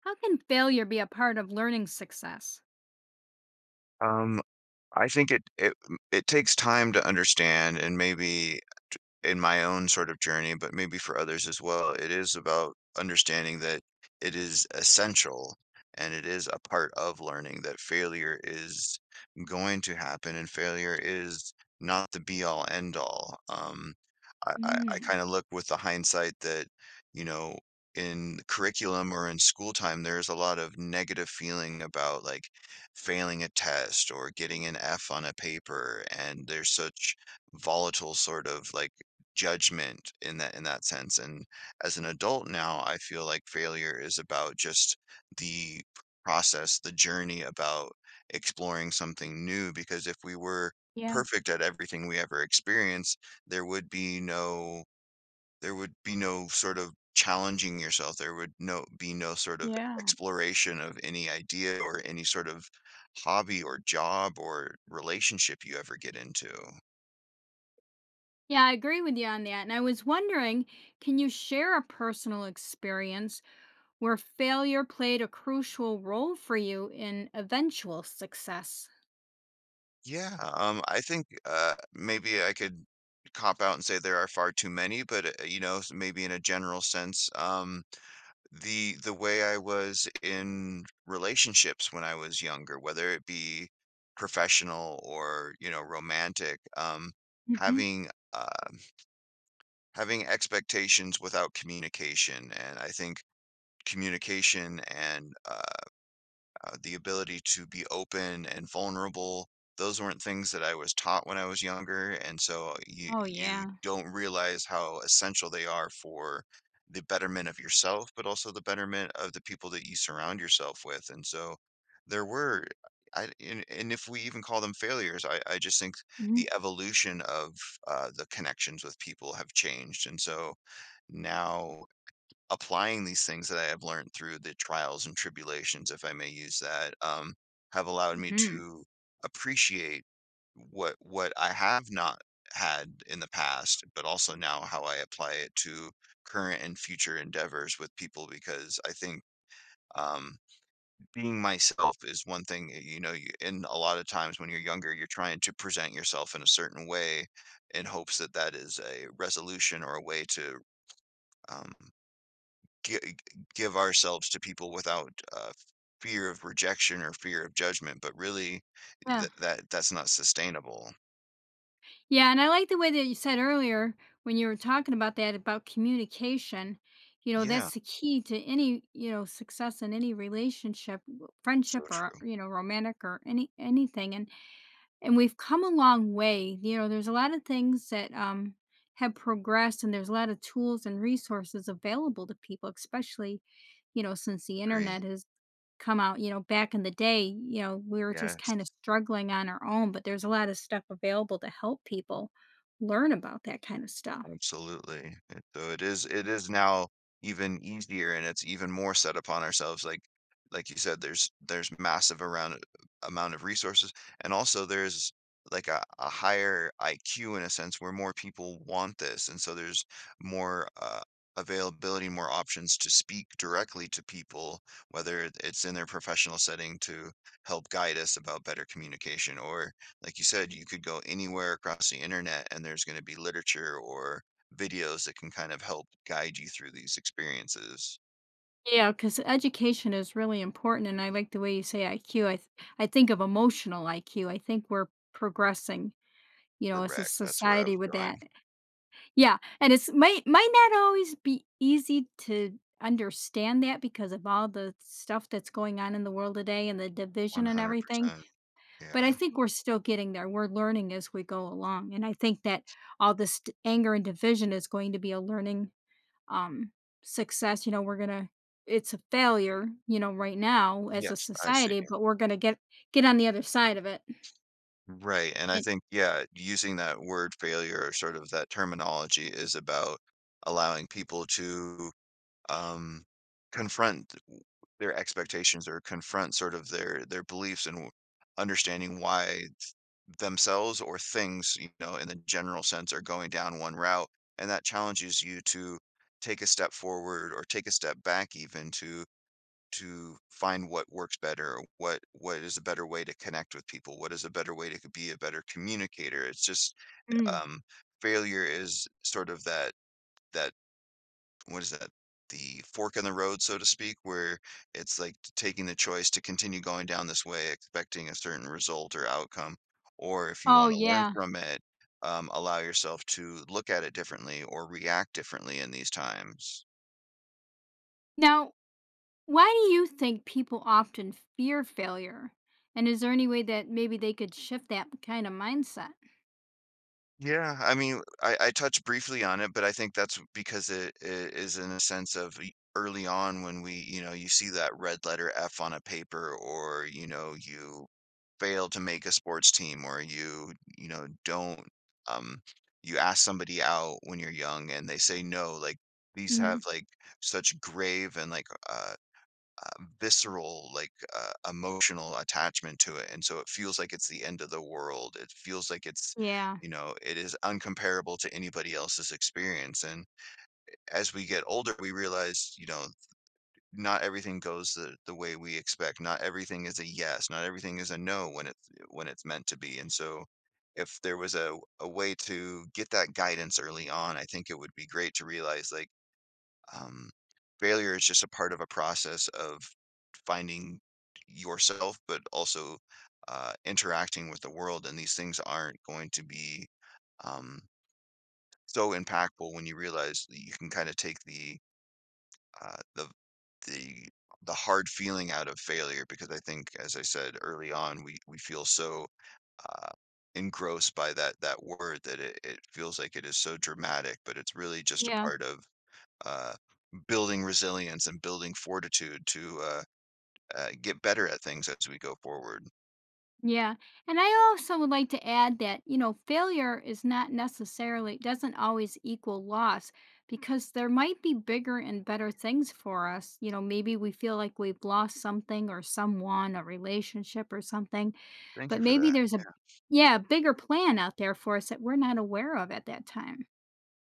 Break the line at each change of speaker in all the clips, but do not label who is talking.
How can failure be a part of learning success?
Um, I think it takes time to understand and maybe in my own sort of journey, but maybe for others as well, it is about understanding that it is essential and it is a part of learning that failure is going to happen and failure is not the be all end all. I
Mm,
kind of look with the hindsight that, you know, in curriculum or in school time, there's a lot of negative feeling about like failing a test or getting an F on a paper. And there's such volatile sort of like judgment in that sense, and as an adult now, I feel like failure is about just the process, the journey about exploring something new, because if we were
yeah,
perfect at everything we ever experienced, there would be no there would be no sort of challenging yourself. There would no be no sort of
yeah.
exploration of any idea or any sort of hobby or job or relationship you ever get into.
Yeah, I agree with you on that. And I was wondering, can you share a personal experience where failure played a crucial role for you in eventual success?
Yeah. I think, maybe I could cop out and say there are far too many, but, you know, s maybe in a general sense, the way I was in relationships when I was younger, whether it be professional or, you know, romantic,
Hmm.
having, uh having expectations without communication, and I think communication and, the ability to be open and vulnerable. Those weren't things that I was taught when I was younger, and so you
Oh,
you
yeah.
don't realize how essential they are for the betterment of yourself, but also the betterment of the people that you surround yourself with. And so there were, I and if we even call them failures, I just think
Hmm.
the evolution of the connections with people have changed, and so now applying these things that I have learned through the trials and tribulations, if I may use that, have allowed me
Hmm.
to appreciate what I have not had in the past, but also now how I apply it to current and future endeavors with people because I think um being myself is one thing. You know, you, in a lot of times when you're younger you're trying to present yourself in a certain way in hopes that that is a resolution or a way to um gi- give ourselves to people without fear of rejection or fear of judgment, but really that's not sustainable.
Yeah, and I like the way that you said earlier when you were talking about that, about communication. You know,
Yeah,
that's the key to any, you know, success in any relationship,
so
friendship or,
true.
you know, romantic or anything. And we've come a long way. You know, there's a lot of things that have progressed, and there's a lot of tools and resources available to people, especially, you know, since the
Agree.
internet has come out. You know, back in the day, you know, we were just kind of
Yes.
struggling on our own, but there's a lot of stuff available to help people learn about that kind of stuff.
Absolutely. And so it is now even easier and it's even more set upon ourselves. Like you said, there's massive around amount of resources and also there's like a higher IQ in a sense where more people want this. And so there's more availability, more options to speak directly to people, whether it's in their professional setting to help guide us about better communication or like you said, you could go anywhere across the internet and there's gonna be literature or videos that can kind of help guide you through these experiences.
Yeah, because education is really important, and I like the way you say IQ. I think of emotional IQ. I think we're progressing, you know, as a
Correct, that's where I
society
was
with
going.
that. Yeah, and it's might not always be easy to understand that because of all the stuff that's going on in the world today and the division and everything,
100%,
but I
yeah.
think we're still getting there. We're learning as we go along, and I think that all this d anger and division is going to be a learning, um, success, you know, we're gonna it's a failure, you know, right now as a
Yes, I see.
society, but we're gonna get on the other side of it.
Right, and I
And
think, yeah, using that word failure or sort of that terminology is about allowing people to, um, confront w their expectations or confront sort of their beliefs and w understanding why themselves or things, you know, in the general sense are going down one route. And that challenges you to take a step forward or take a step back even to find what works better, or what is a better way to connect with people, what is a better way to be a better communicator. It's just
mm.
um failure is sort of that what is that? The fork in the road, so to speak, where it's like taking the choice to continue going down this way, expecting a certain result or outcome, or if you
Oh,
want to learn
yeah.
from it, allow yourself to look at it differently or react differently in these times.
Now, why do you think people often fear failure? And is there any way that maybe they could shift that kind of mindset?
Yeah, I mean, I touched briefly on it, but I think that's because it is in a sense of early on when we, you know, you see that red letter F on a paper, or you know, you fail to make a sports team, or you know, don't, um, you ask somebody out when you're young and they say no. Like these have
Mhm.
like such grave and like visceral, like, emotional attachment to it, and so it feels like it's the end of the world. It feels like it's
Yeah.
you know, it is uncomparable to anybody else's experience, and as we get older, we realize, you know, not everything goes the way we expect. Not everything is a yes, not everything is a no when it's when it's meant to be, and so if there was a way to get that guidance early on, I think it would be great to realize, like um, failure is just a part of a process of finding yourself, but also interacting with the world. And these things aren't going to be um, so impactful when you realize that you can kind of take the uh, the the the hard feeling out of failure because I think, as I said early on, we feel so uh, engrossed by that word that it feels like it is so dramatic, but it's really just a
Yeah.
part of uh, building resilience and building fortitude to get better at things as we go forward.
Yeah. And I also would like to add that, you know, failure is not necessarily doesn't always equal loss because there might be bigger and better things for us. You know, maybe we feel like we've lost something or someone, a relationship or something,
Thank you
but
for
maybe
that.
there's a, yeah, bigger plan out there for us that we're not aware of at that time.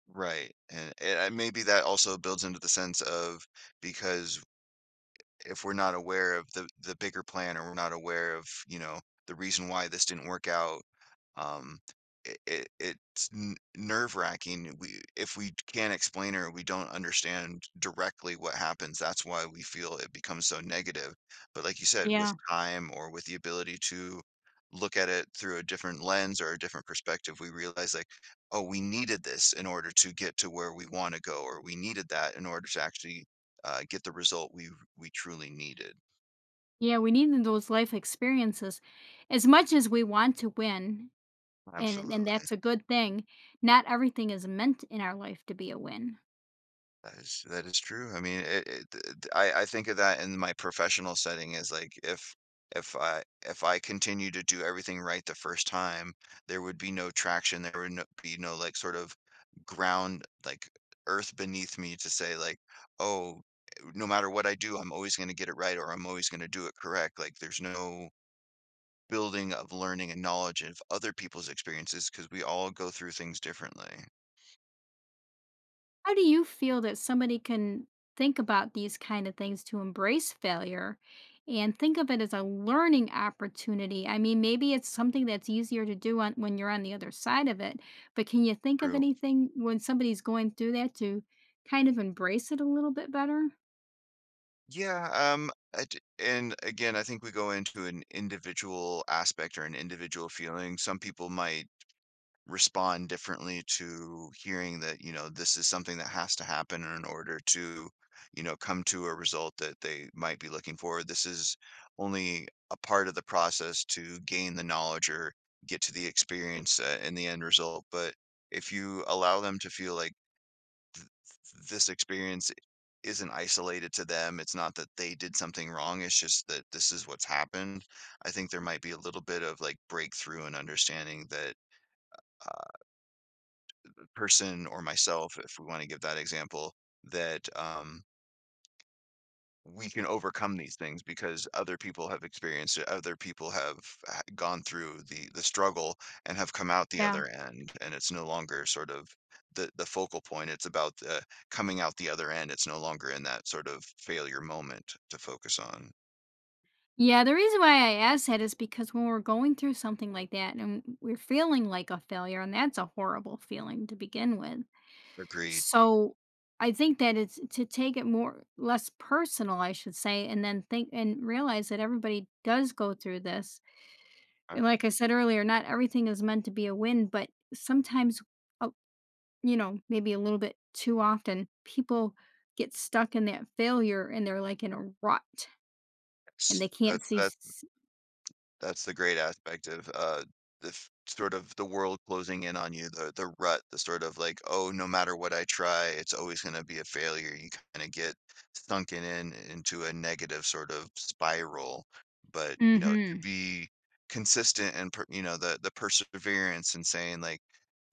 Right. And, maybe that also builds into the sense of because if we're not aware of the bigger plan or we're not aware of, you know, the reason why this didn't work out, um, it's nerve-wracking. We if we can't explain or we don't understand directly what happens, that's why we feel it becomes so negative. But like you said, with
Yeah.
time or with the ability to look at it through a different lens or a different perspective, we realize like, oh, we needed this in order to get to where we want to go, or we needed that in order to actually get the result we truly needed.
Yeah, we need those life experiences. As much as we want to win, and
Absolutely,
that's a good thing, not everything is meant in our life to be a win.
that is true. I mean, I think of that in my professional setting as like if I continue to do everything right the first time, there would be no traction. There would no, be no like sort of ground like earth beneath me to say like, oh, no matter what I do, I'm always going to get it right or I'm always going to do it correct. Like there's no building of learning and knowledge of other people's experiences because we all go through things differently.
How do you feel that somebody can think about these kind of things to embrace failure and think of it as a learning opportunity? I mean, maybe it's something that's easier to do on, when you're on the other side of it, but can you think of
True.
anything when somebody's going through that to kind of embrace it a little bit better?
Yeah, I d and again, I think we go into an individual aspect or an individual feeling. Some people might respond differently to hearing that, you know, this is something that has to happen in order to, you know, come to a result that they might be looking for. This is only a part of the process to gain the knowledge or get to the experience in the end result. But if you allow them to feel like this experience isn't isolated to them. It's not that they did something wrong. It's just that this is what's happened. I think there might be a little bit of like breakthrough and understanding that uh, the person or myself, if we want to give that example, that we can overcome these things because other people have experienced it. Other people have gone through the struggle and have come out the
Yeah.
other end. And it's no longer sort of the focal point. It's about the coming out the other end. It's no longer in that sort of failure moment to focus on.
Yeah, the reason why I asked that is because when we're going through something like that and we're feeling like a failure, and that's a horrible feeling to begin with.
Agreed.
So I think that it's to take it more less personal, I should say, and then think and realize that everybody does go through this. And
Alright.
like I said earlier, not everything is meant to be a win, but sometimes, uh, you know, maybe a little bit too often, people get stuck in that failure and they're like in a rut and they
That
can't see.
that's that's the great aspect of, the f sort of the world closing in on you, the rut, the sort of like, "Oh, no matter what I try, it's always gonna be a failure." You kinda get sunken in into a negative sort of spiral, but, you know, to
Mm-hmm.
be consistent and per you know, the perseverance and saying, like,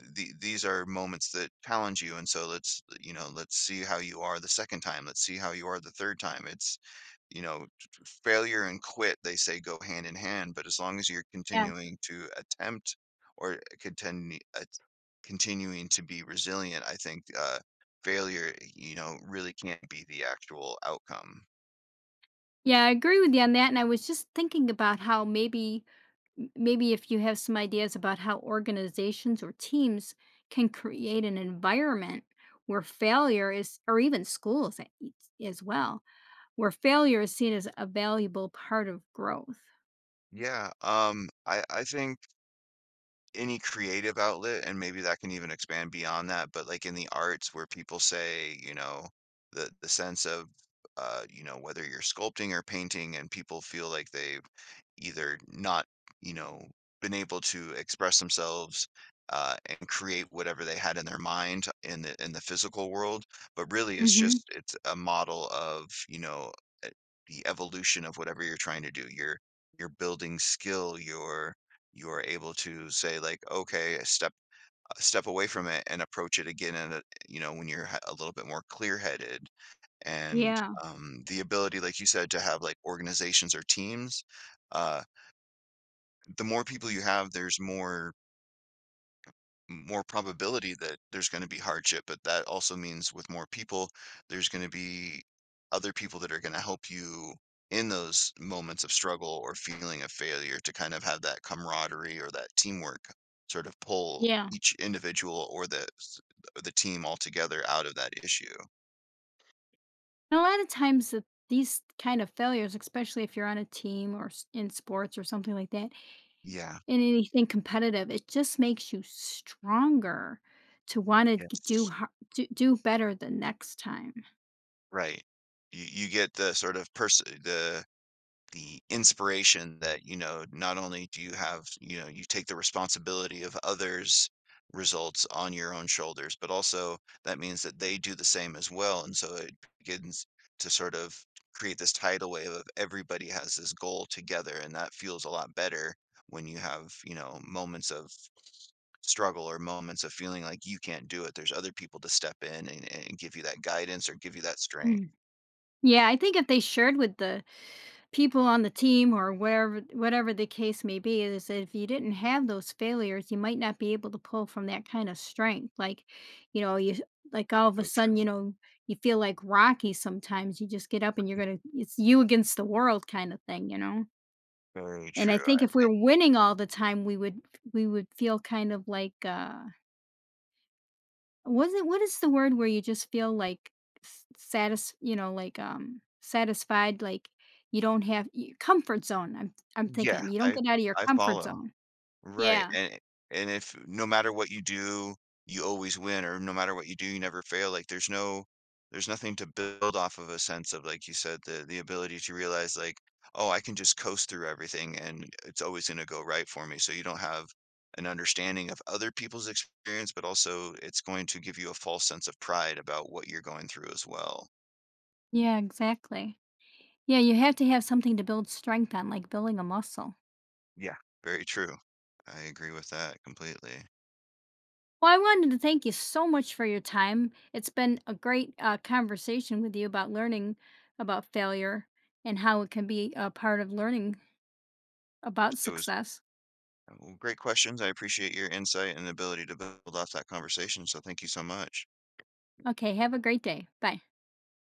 These are moments that challenge you, and so let's, you know, let's see how you are the 2nd time. Let's see how you are the 3rd time." It's, you know failure and quit, they say, go hand in hand, but as long as you're continuing to attempt or contend, continuing to be resilient, I think failure, you know, really can't be the actual outcome.
Yeah, I agree with you on that. And I was just thinking about how maybe maybe if you have some ideas about how organizations or teams can create an environment where failure is, or even schools as well, where failure is seen as a valuable part of growth.
Yeah, I think. Any creative outlet, and maybe that can even expand beyond that, but, like, in the arts where people say, you know, the sense of, you know, whether you're sculpting or painting and people feel like they've either not, you know, been able to express themselves, and create whatever they had in their mind in the physical world, but really it's
Hmm.
just it's a model of, you know, eh, the evolution of whatever you're trying to do. You're building skill, you're you are able to say like, okay, step away from it and approach it again, and you know when you're a little bit more clear headed, and
Yeah.
the ability, like you said, to have like organizations or teams. Uh, the more people you have, there's more probability that there's going to be hardship, but that also means with more people, there's going to be other people that are going to help you in those moments of struggle or feeling of failure to kind of have that camaraderie or that teamwork sort of pull
Yeah.
each individual or the team altogether out of that issue.
And a lot of times that these kind of failures, especially if you're on a team or in sports or something like that,
Yeah.
in anything competitive. It just makes you stronger to want to
Yes.
do better the next time.
Right. You get the sort of person the inspiration that, you know, not only do you have, you know, you take the responsibility of others' results on your own shoulders, but also that means that they do the same as well. And so it begins to sort of create this tidal wave of everybody has this goal together. And that feels a lot better when you have, you know, moments of struggle or moments of feeling like you can't do it. There's other people to step in and, give you that guidance or give you that strength.
Mm. Yeah, I think if they shared with the people on the team or wherever whatever the case may be, is that if you didn't have those failures, you might not be able to pull from that kind of strength. Like, you know, you like all of a
So
sudden,
true.
you know, you feel like Rocky sometimes. You just get up and you're gonna it's you against the world kind of thing, you know?
Very
And I
true.
think if we're winning all the time, we would feel kind of like, was it, what is the word where you just feel like s satis you know, like, satisfied, like, you don't have y comfort zone, I'm
Yeah,
thinking. You don't get out of your
I
comfort
follow.
zone.
Right,
Yeah.
and if no matter what you do, you always win, or no matter what you do, you never fail, like, there's no there's nothing to build off of a sense of, like you said, the ability to realize, like, "Oh, I can just coast through everything, and it's always gonna go right for me," so you don't have an understanding of other people's experience, but also it's going to give you a false sense of pride about what you're going through as well.
Yeah, exactly. Yeah, you have to have something to build strength on, like building a muscle.
Yeah, very true. I agree with that completely.
Well, I wanted to thank you so much for your time. It's been a great, conversation with you about learning about failure and how it can be a part of learning about
It was
success.
Well, great questions. I appreciate your insight and ability to build off that conversation. So thank you so much.
Okay, have a great day. Bye.